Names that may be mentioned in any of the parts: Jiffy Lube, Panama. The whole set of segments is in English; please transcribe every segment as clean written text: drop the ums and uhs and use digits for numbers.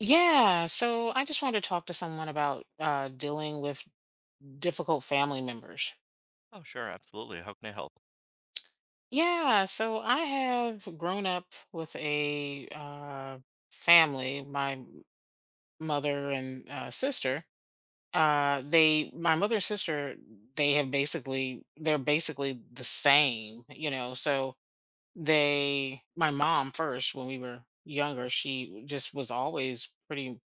Yeah, so I just wanted to talk to someone about dealing with difficult family members. Oh, sure, absolutely. How can I help? Yeah, so I have grown up with a family, my mother and sister. They, my mother and sister, they have they're basically the same, you know, so they my mom first, when we were younger, she just was always pretty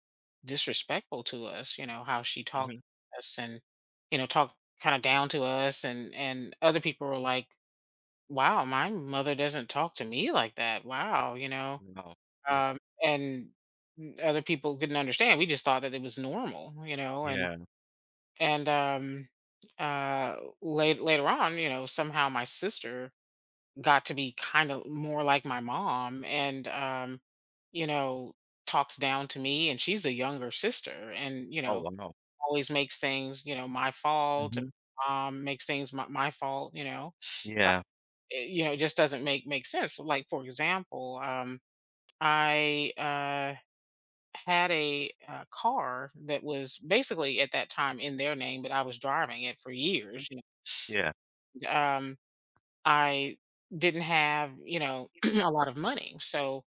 disrespectful to us, you know, how she talked Mhm. to us and, you know, talked kind of down to us and other people were like, "Wow, my mother doesn't talk to me like that. Wow," you know. Wow. Yeah. And other people couldn't understand. We just thought that it was normal, you know, and Yeah. and um uh late, later on, you know, somehow my sister got to be kind of more like my mom and you know talks down to me and she's a younger sister and Oh, wow. always makes things my fault and Mhm. Makes things my fault, Yeah. it, it just doesn't make sense. Like, for example, I had a car that was basically at that time in their name, but I was driving it for Mm. years, Yeah. know, um I didn't have, you know, a lot of money. So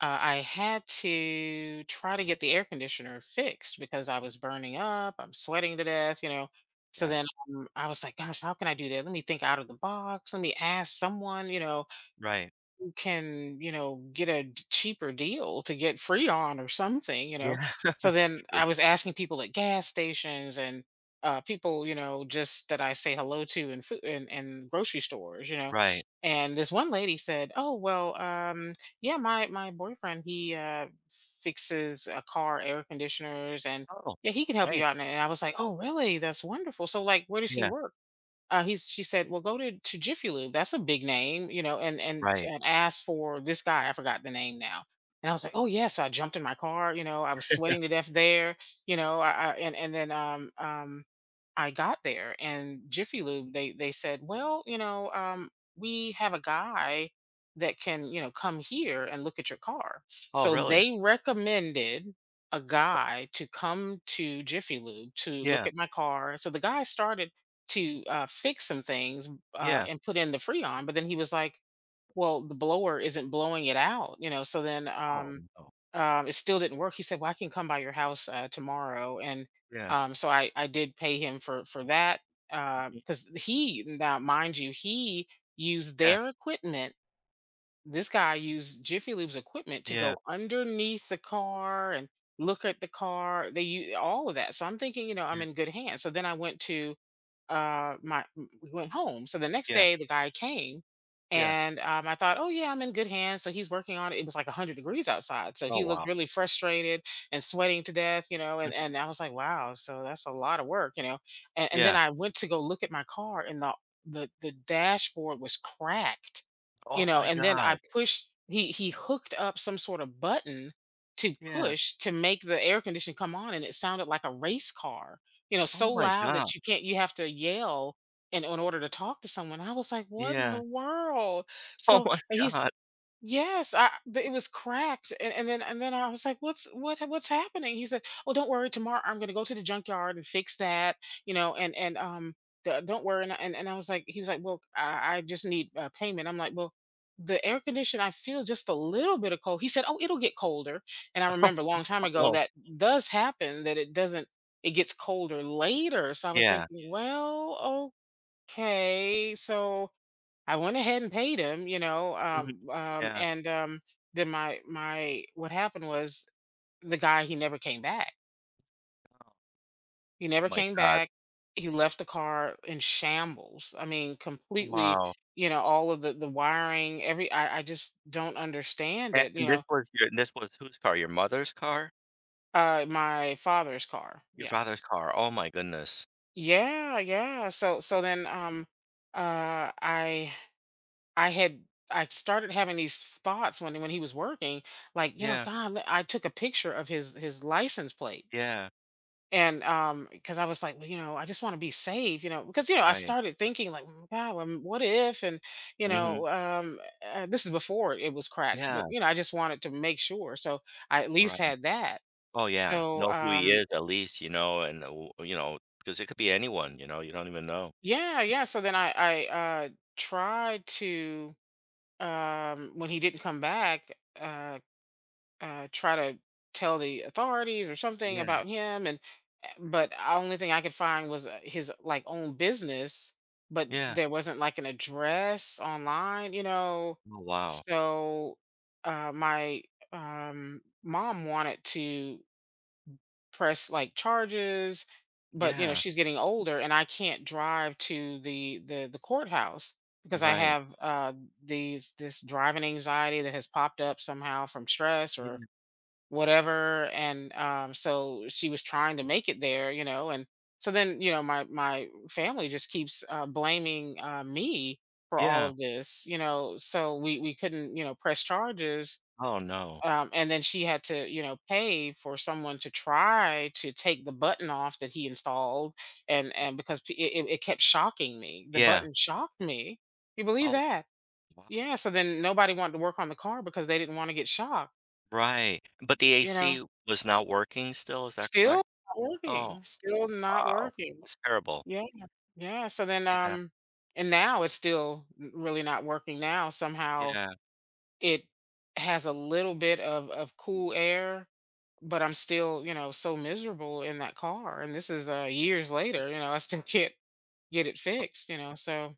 I had to try to get the air conditioner fixed because I was burning up. I'm sweating to death, you know. So then Yes. I was like, gosh, how can I do that? Let me think out of the box. Let me ask someone, you know, Right. can, you know, get a cheaper deal to get free on or something, you know. Yeah. So then True. I was asking people at gas stations and people, you know, just that I say hello to in food and in grocery stores, you know. Right. And this one lady said, "Oh well, yeah, my boyfriend, he fixes a car air conditioners, and Oh, yeah, he can help nice. you out." And I was like, "Oh really? That's wonderful. So like, where does he Yeah. work?" He's She said, "Well, go to Jiffy Lube. That's a big name, you know, and Right. Ask for this guy. I forgot the name now." And I was like, "Oh yeah." So I jumped in my car. You know, I was sweating to death there. You know, I and then I got there, and Jiffy Lube, they said, well, you know, we have a guy that can, you know, come here and look at your car. Oh, So really? they recommended a guy to come to Jiffy Lube to look Yeah. at my car. So the guy started to fix some things Yeah. and put in the Freon, but then he was like, well, the blower isn't blowing it out, you know. So then Oh, no. It still didn't work. He said, "Well, I can come by your house tomorrow," and Yeah. So I did pay him for that Mhm. because he, now mind you, he used Yeah. their equipment. This guy used Jiffy Lube's equipment to Yeah. go underneath the car and look at the car. They use all of that. So I'm thinking, you know, Yeah. I'm in good hands. So then I went to we went home. So the next Yeah. day the guy came Yeah. and I thought, oh yeah, I'm in good hands. So he's working on it. It was like 100 degrees outside. So Oh, he looked wow. really frustrated and sweating to death, you know, Mhm. and I was like, wow, so that's a lot of work, you know. And then Yeah. I went to go look at my car, and the dashboard was cracked, you Oh know, my and then I god. pushed he hooked up some sort of button to Yeah. push to make the air condition come on, and it sounded like a race car, you know, Oh so my loud god. that you can't you have to yell in order to talk to someone. I was like, "What in Yeah. the world?" Oh So, my he's god. yes, I the it was cracked, and then I was like, "What's what's happening?" He said, "Oh, don't worry. Tomorrow I'm gonna go to the junkyard and fix that, you know, and the, don't worry." And, I was like, he was like, "Well, I just need payment." I'm like, "Well, the air condition, I feel just a little bit of cold." He said, "Oh, it'll get colder." And I remember a long time ago Oh. that does happen that it doesn't, it gets colder later. So I was Yeah. thinking, well, okay, so I went ahead and paid him, you know, Mhm. Yeah. and then my what happened was the guy, he never came back. Oh. He Oh never my came god. back. He left the car in shambles. I mean, completely, Wow. you know, all of the wiring, every I just don't understand it, you And this know. was your this was whose car? Your mother's car? My father's car. Your Yeah. father's car. Oh my goodness. Yeah, yeah. So so then uh I I had I started having these thoughts when he was working, like, you know, Yeah, God, I took a picture of his license plate, yeah, and because I was like, well, you know, I just want to be safe, you know, because you know, I right. started thinking like, "Mm, God, what if, and you Mhm. know, this is before it was cracked, Yeah, but you know, I just wanted to make sure, so I at least right. had that. Oh, yeah. So Know who he is at least, you know, and, w you know, 'cause it could be anyone, you know, you don't even know. yeah, yeah. So then I tried to when he didn't come back try to tell the authorities or something Yeah, about him, and but the only thing I could find was his like own business, but yeah. there wasn't like an address online, you know. Oh, wow. So my mom wanted to press like charges, but you know Yeah, she's getting older and I can't drive to the courthouse because I right. have these this driving anxiety that has popped up somehow from stress or Mm, whatever, and so she was trying to make it there, you know, and so then you know my my family just keeps blaming me for all yeah. of this, you know, so we couldn't, you know, press charges. Oh, no. And then she had to, you know, pay for someone to try to take the button off that he installed. And it, it kept shocking me. The Yeah. button shocked me, you believe Oh, that? wow. Yeah, so then nobody wanted to work on the car because they didn't want to get shocked, Right. But the you know. AC was not working still, is that Still correct? not Oh, working, still not wow. working. That's terrible. Yeah, yeah, so then, Yeah, and now it's still n really not working now. Somehow yeah. it has a little bit of cool air, but I'm still, you know, so miserable in that car, and this is, years later, you know, I still can't get it fixed, you know, so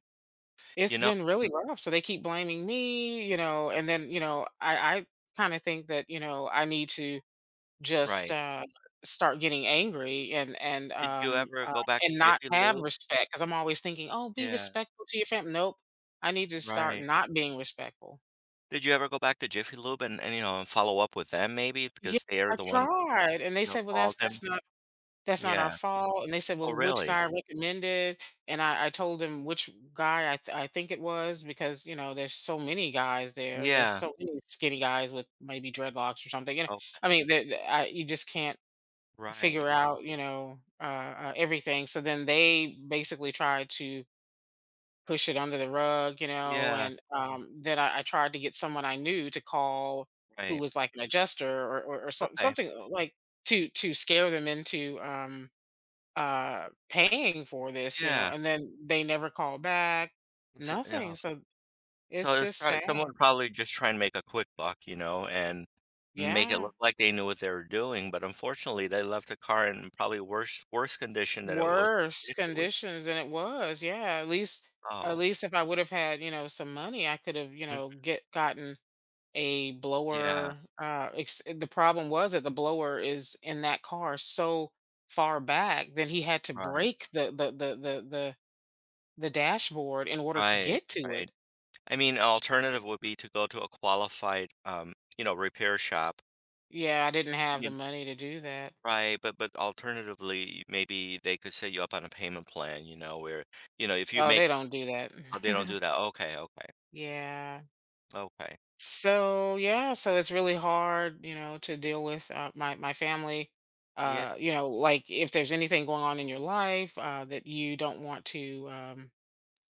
You it's know been really rough. So they keep blaming me, you know, and then, you know, I kinda think that, you know, I need to just, right. Start getting angry, and and, Did you um, ever um, go back to and not Jiffy have Lube? respect because 'cause I'm always thinking, "Oh, be Yeah, respectful to your family." Nope, I need to start right. not being respectful. Did you ever go back to Jiffy Lube and, you know, and follow up with them maybe Yeah, because they are I the ones, tried, and they you know, said, "Well, called him? That's not our Yeah. fault," and they said, Oh, "Well, which really? guy recommended?" And I told them which guy I th I think it was, because, you know, there's so many guys there, there's Yeah. so many skinny guys with maybe dreadlocks or something, you know, Oh, I mean, that I you just can't right. figure out, you know, everything. So then they basically tried to push it under the rug, you know, Yeah, and then I tried to get someone I knew to call, who right. was like an adjuster or Okay. something like to scare them into paying for this, you know, Yeah. and then they never call back, So, yeah. nothing. So So it's it's just probably sad. someone probably just trying to make a quick buck, you know, and make it Yeah. look like they knew what they were doing, but unfortunately, they left the car in probably worse condition than it was Worse initially. conditions than it was, yeah, Oh. at least if I would have had, you know, some money, I could have, you know, Mhm. get gotten a Yeah. blower, ex the problem was that the blower is in that car so far back that he had to Right. break the dashboard in order to Right. get to Right. it. I mean, an alternative would be to go to a qualified, you know, repair shop. Yeah, I didn't have You the know, money to do that. right, but alternatively, maybe they could set you up on a payment plan, you know, where, you know, if you Oh, make they don't do that. oh, they don't do that. Okay, okay. Yeah. Okay. So yeah, so it's really hard, you know, to deal with my my family. Yeah. You know, like, if there's anything going on in your life that you don't want to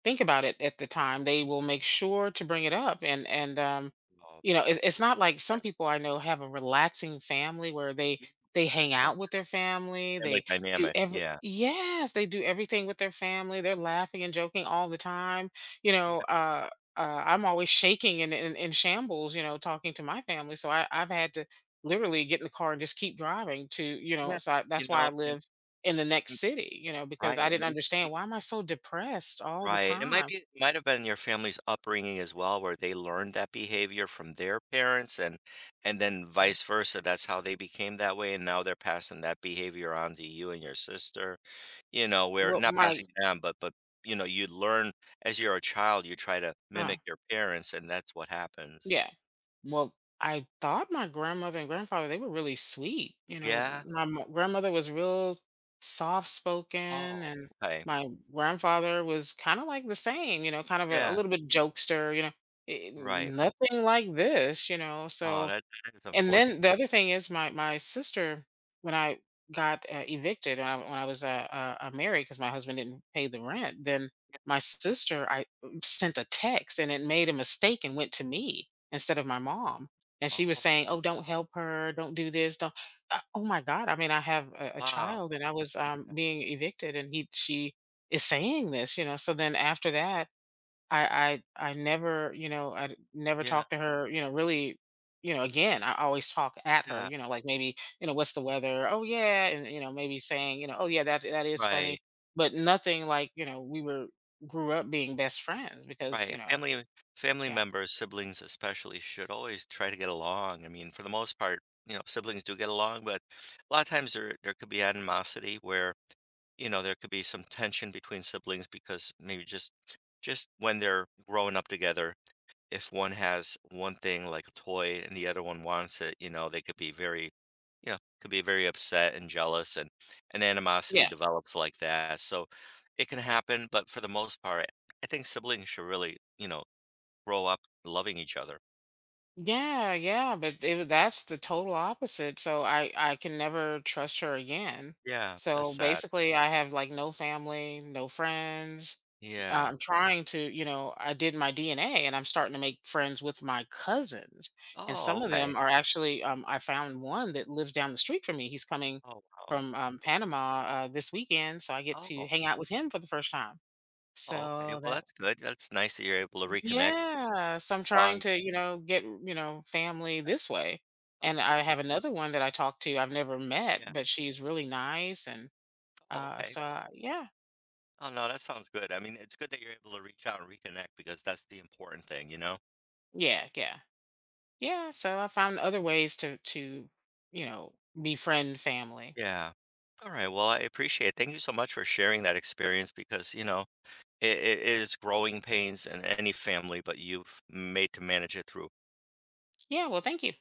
think about it at the time, they will make sure to bring it up. And Oh, you know, that's it, a, it's not like yeah. some people I know have a relaxing family where Yeah. they hang Yeah, out with their family, family they do dynamic. every Yeah. yes, they do everything with their family. They're laughing and joking all the time. You know, Yeah. I'm always shaking and in shambles. You know, talking to my family, so I've had to literally get in the car and just keep driving to you Yeah. know. So I, You that's why know, I live in the next and- city, you know, because I right. And didn't it might understand be why am I so depressed all the right, and it might time? be might have been your family's upbringing as well, where they learned that behavior from their parents and then vice versa, that's how they became that way, and now they're passing that behavior on to you and your sister, you know, we're Well, not my passing it down, but, you know, you learn as you're a child, you try to uh, mimic your parents, and that's what happens. yeah. Well, I thought my grandmother and grandfather, they were really sweet. You know, Yeah? my grandmother was real soft spoken, Oh, and okay. my grandfather was kind of like the same, you know, kind of a Yeah, little bit jokester, you know, it- right. nothing like this, you know. Oh, So, that that is and unfortunate. then the other thing is my sister, when I got, evicted, when I was, married, 'cause my husband didn't pay the rent, then Yeah. my sister, sent a text and it made a mistake and went to me instead of my mom. And she was Oh, saying, "Oh, don't help her, don't do this, don't" oh my god, I mean, I have a wow. child and I was, Yeah. being evicted, and he she is saying this, you know, so then after that, I never, you know, I never Yeah, talked to her, you know, really, you know, again, I always talk at her, yeah. you know, like, maybe, you know, what's the weather? Oh yeah, and you know, maybe saying, you know, oh yeah, that is Right. funny, but nothing like, you know, we were grew up being best friends because, Right, you know, family family yeah. members, siblings especially, should always try to get along. I mean, for the most part, you know, siblings do get along, but a lot of times there could be animosity where, you know, there could be some tension between siblings because maybe just when they're growing up together, if one has one thing like a toy and the other one wants it, you know, they could be very, you know, could be very upset and jealous and animosity develops like that. So it can happen, but for the most part, I think siblings should really, you know, grow up loving each other. Yeah, yeah, but that's the total opposite. So I can never trust her again. Yeah, that's So sad. basically, I have like no family, no friends. Yeah. I'm trying to, you know, I did my DNA and I'm starting to make friends with my cousins. And Oh, some of okay. them are actually, I found one that lives down the street from me. He's coming Oh, wow. from Thanks. Panama this weekend, so I get to Oh, hang out with him for the first time. oh, okay. So Well, that that's good. That's nice that you're able to reconnect yeah, so I'm trying long. to, you know, get, you know, family this way. Oh, And good. I have another one that I talked to I've never met, Yeah. but she's really nice, and Oh, okay. Yeah. Oh, no, that sounds good. I mean, it's good that you're able to reach out and reconnect because that's the important thing, you know? Yeah, yeah. Yeah, so I found other ways to you know, befriend family. Yeah. All right. Well, I appreciate it. Thank you so much for sharing that experience because, you know, it is growing pains in any family, but you've made to manage it through Yeah, well, thank you.